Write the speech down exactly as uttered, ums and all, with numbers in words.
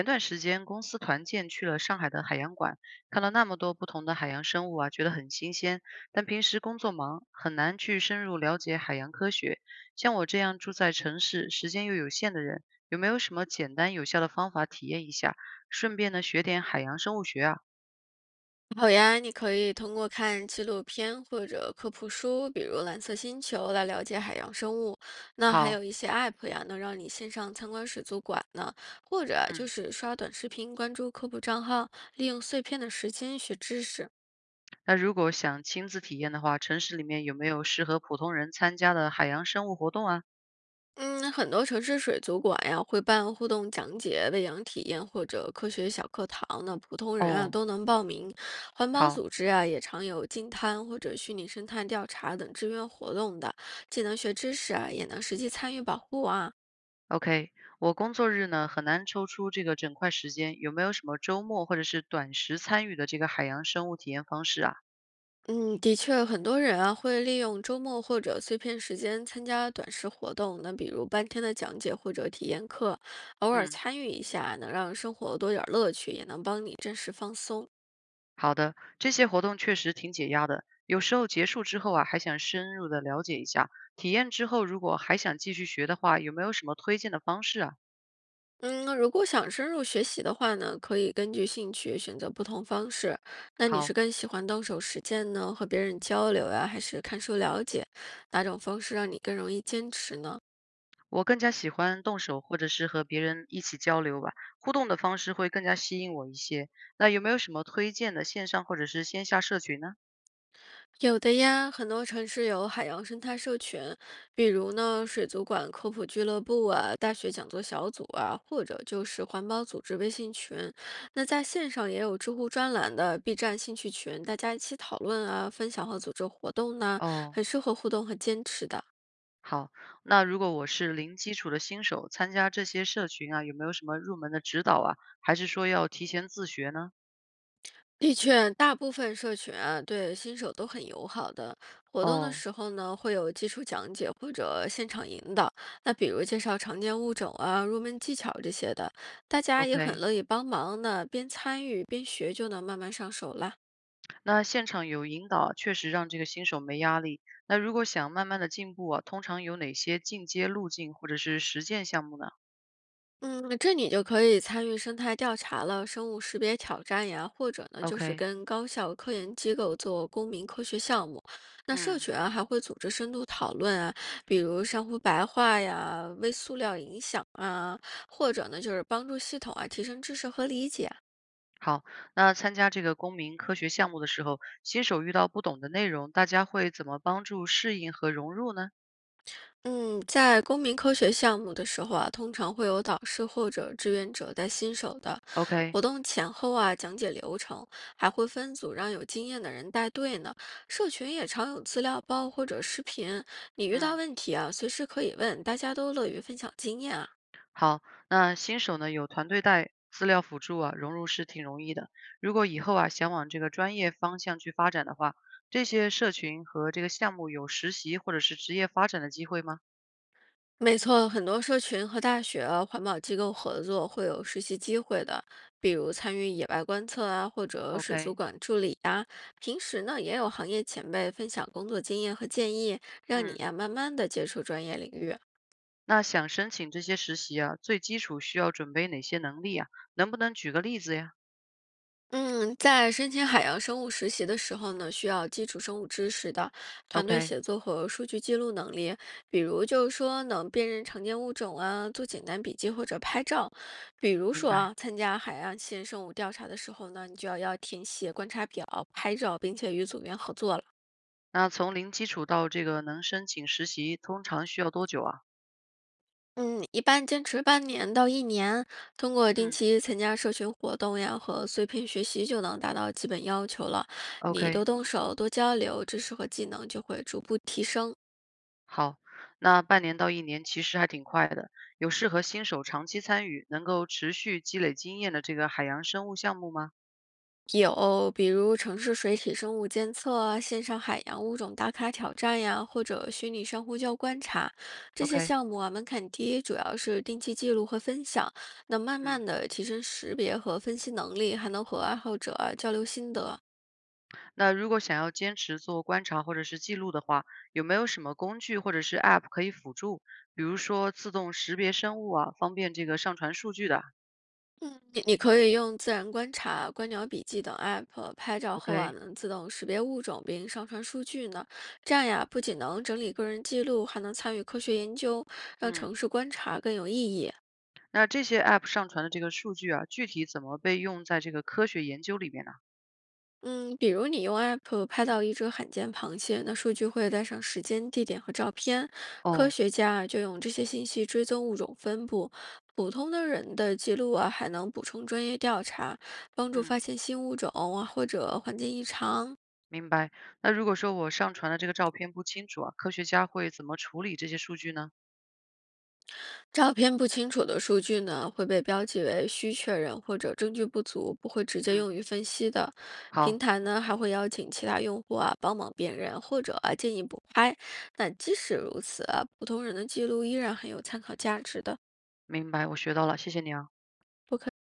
前段时间公司团建去了上海的海洋馆，看到那么多不同的海洋生物啊，觉得很新鲜。但平时工作忙，很难去深入了解海洋科学。像我这样住在城市、时间又有限的人，有没有什么简单有效的方法体验一下，顺便呢学点海洋生物学啊？好呀，你可以通过看纪录片或者科普书，比如《蓝色星球》来了解海洋生物。那还有好，一些 App 呀，能让你线上参观水族馆呢，或者啊就嗯，是刷短视频，关注科普账号，利用碎片的时间学知识。那如果想亲自体验的话，城市里面有没有适合普通人参加的海洋生物活动啊？嗯，很多城市水族馆呀会办互动讲解、喂养体验或者科学小课堂呢，那普通人啊哦，都能报名。环保好。组织啊也常有净滩或者虚拟生态调查等志愿活动的，既能学知识啊，也能实际参与保护啊。OK，我工作日呢很难抽出这个整块时间，有没有什么周末或者是短时参与的这个海洋生物体验方式啊？嗯，的确，很多人啊会利用周末或者碎片时间参加短时活动，那比如半天的讲解或者体验课，偶尔嗯，参与一下，能让生活多点儿乐趣，也能帮你暂时放松。好的，这些活动确实挺解压的，有时候结束之后啊，还想深入的了解一下。体验之后如果还想继续学的话，有没有什么推荐的方式啊？嗯，如果想深入学习的话呢，可以根据兴趣选择不同方式。那你是好，更喜欢动手实践呢，和别人交流呀，还是看书了解？哪种方式让你更容易坚持呢？我更加喜欢动手或者是和别人一起交流吧，互动的方式会更加吸引我一些。那有没有什么推荐的线上或者是线下社群呢？有的呀，很多城市有海洋生态社群，比如呢水族馆科普俱乐部啊、大学讲座小组啊，或者就是环保组织微信群。那在线上也有知乎专栏的 B 站兴趣群，大家一起讨论啊、分享和组织活动呢，哦。很适合互动和坚持的。好，那如果我是零基础的新手，参加这些社群啊，有没有什么入门的指导啊？还是说要提前自学呢？的确，大部分社群啊，对新手都很友好的。活动的哦时候呢，会有基础讲解或者现场引导，那比如介绍常见物种啊、入门技巧这些的，大家也很，OK，乐意帮忙呢。边参与边学，就能慢慢上手啦。那现场有引导啊确实让这个新手没压力。那如果想慢慢的进步啊，通常有哪些进阶路径或者是实践项目呢嗯，这你就可以参与生态调查了、生物识别挑战呀，或者呢，就是？OK，跟高校科研机构做公民科学项目。那社嗯，群啊，还会组织深度讨论啊，比如珊瑚白化呀、微塑料影响啊，或者呢，就是帮助系统啊提升知识和理解。好，那参加这个公民科学项目的时候，新手遇到不懂的内容，大家会怎么帮助适应和融入呢嗯，在公民科学项目的时候啊，通常会有导师或者志愿者带新手的。活？OK，动前后啊，讲解流程，还会分组让有经验的人带队呢。社群也常有资料包或者视频，你遇到嗯。问题啊，随时可以问，大家都乐于分享经验啊。好，那新手呢有团队带、资料辅助啊，融入是挺容易的。如果以后啊想往这个专业方向去发展的话，这些社群和这个项目有实习或者是职业发展的机会吗没错，很多社群和大学啊、环保机构合作会有实习机会的，比如参与野外观测啊，或者水族？OK，馆助理呀。平时呢，也有行业前辈分享工作经验和建议，让你嗯，呀、慢慢的接触专业领域。那想申请这些实习啊，最基础需要准备哪些能力啊？能不能举个例子呀嗯，在申请海洋生物实习的时候呢，需要基础生物知识的团队？OK，协作和数据记录能力，比如就是说能辨认常见物种啊，做简单笔记或者拍照。比如明说白。啊，参加海岸线生物调查的时候呢，你就要要填写观察表、拍照，并且与组员合作了。那从零基础到这个能申请实习，通常需要多久啊？嗯，一般坚持半年到一年，通过定嗯期参加社群活动呀和碎片学习就能达到基本要求了。你多，OK，动手、多交流，知识和技能就会逐步提升。好，那半年到一年其实还挺快的。有适合新手长期参与、能够持续积累经验的这个海洋生物项目吗有比如城市水体生物监测啊、线上海洋物种打卡挑战呀，或者虚拟珊瑚礁观察，这些？OK，项目啊门槛低，主要是定期记录和分享，能慢嗯，慢的提升识别和分析能力，还能和爱好者啊交流心得。那如果想要坚持做观察或者是记录的话，有没有什么工具或者是 App 可以辅助？比如说自动识别生物啊，方便这个上传数据的嗯，你你可以用自然观察、观鸟笔记等 app 拍照后啊，？OK，能自动识别物种并上传数据呢。这样呀，不仅能整理个人记录，还能参与科学研究，让城嗯，市观察更有意义。那这些 App 上传的这个数据啊，具体怎么被用在这个科学研究里面呢？嗯，比如你用 app 拍到一只罕见螃蟹，那数据会带上时间、地点和照片，科哦，学家啊就用这些信息追踪物种分布。普通的人的记录啊，还能补充专业调查，帮助发嗯。现新物种啊或者环境异常。明白。那如果说我上传的这个照片不清楚啊，科学家会怎么处理这些数据呢？照片不清楚的数据呢，会被标记为需确认或者证据不足，不会直接嗯，用于分析的。平好，台呢还会邀请其他用户啊帮忙辨认，或者啊建议补拍。那即使如此啊，普通人的记录依然很有参考价值的，明白，我学到了，谢谢你啊。不可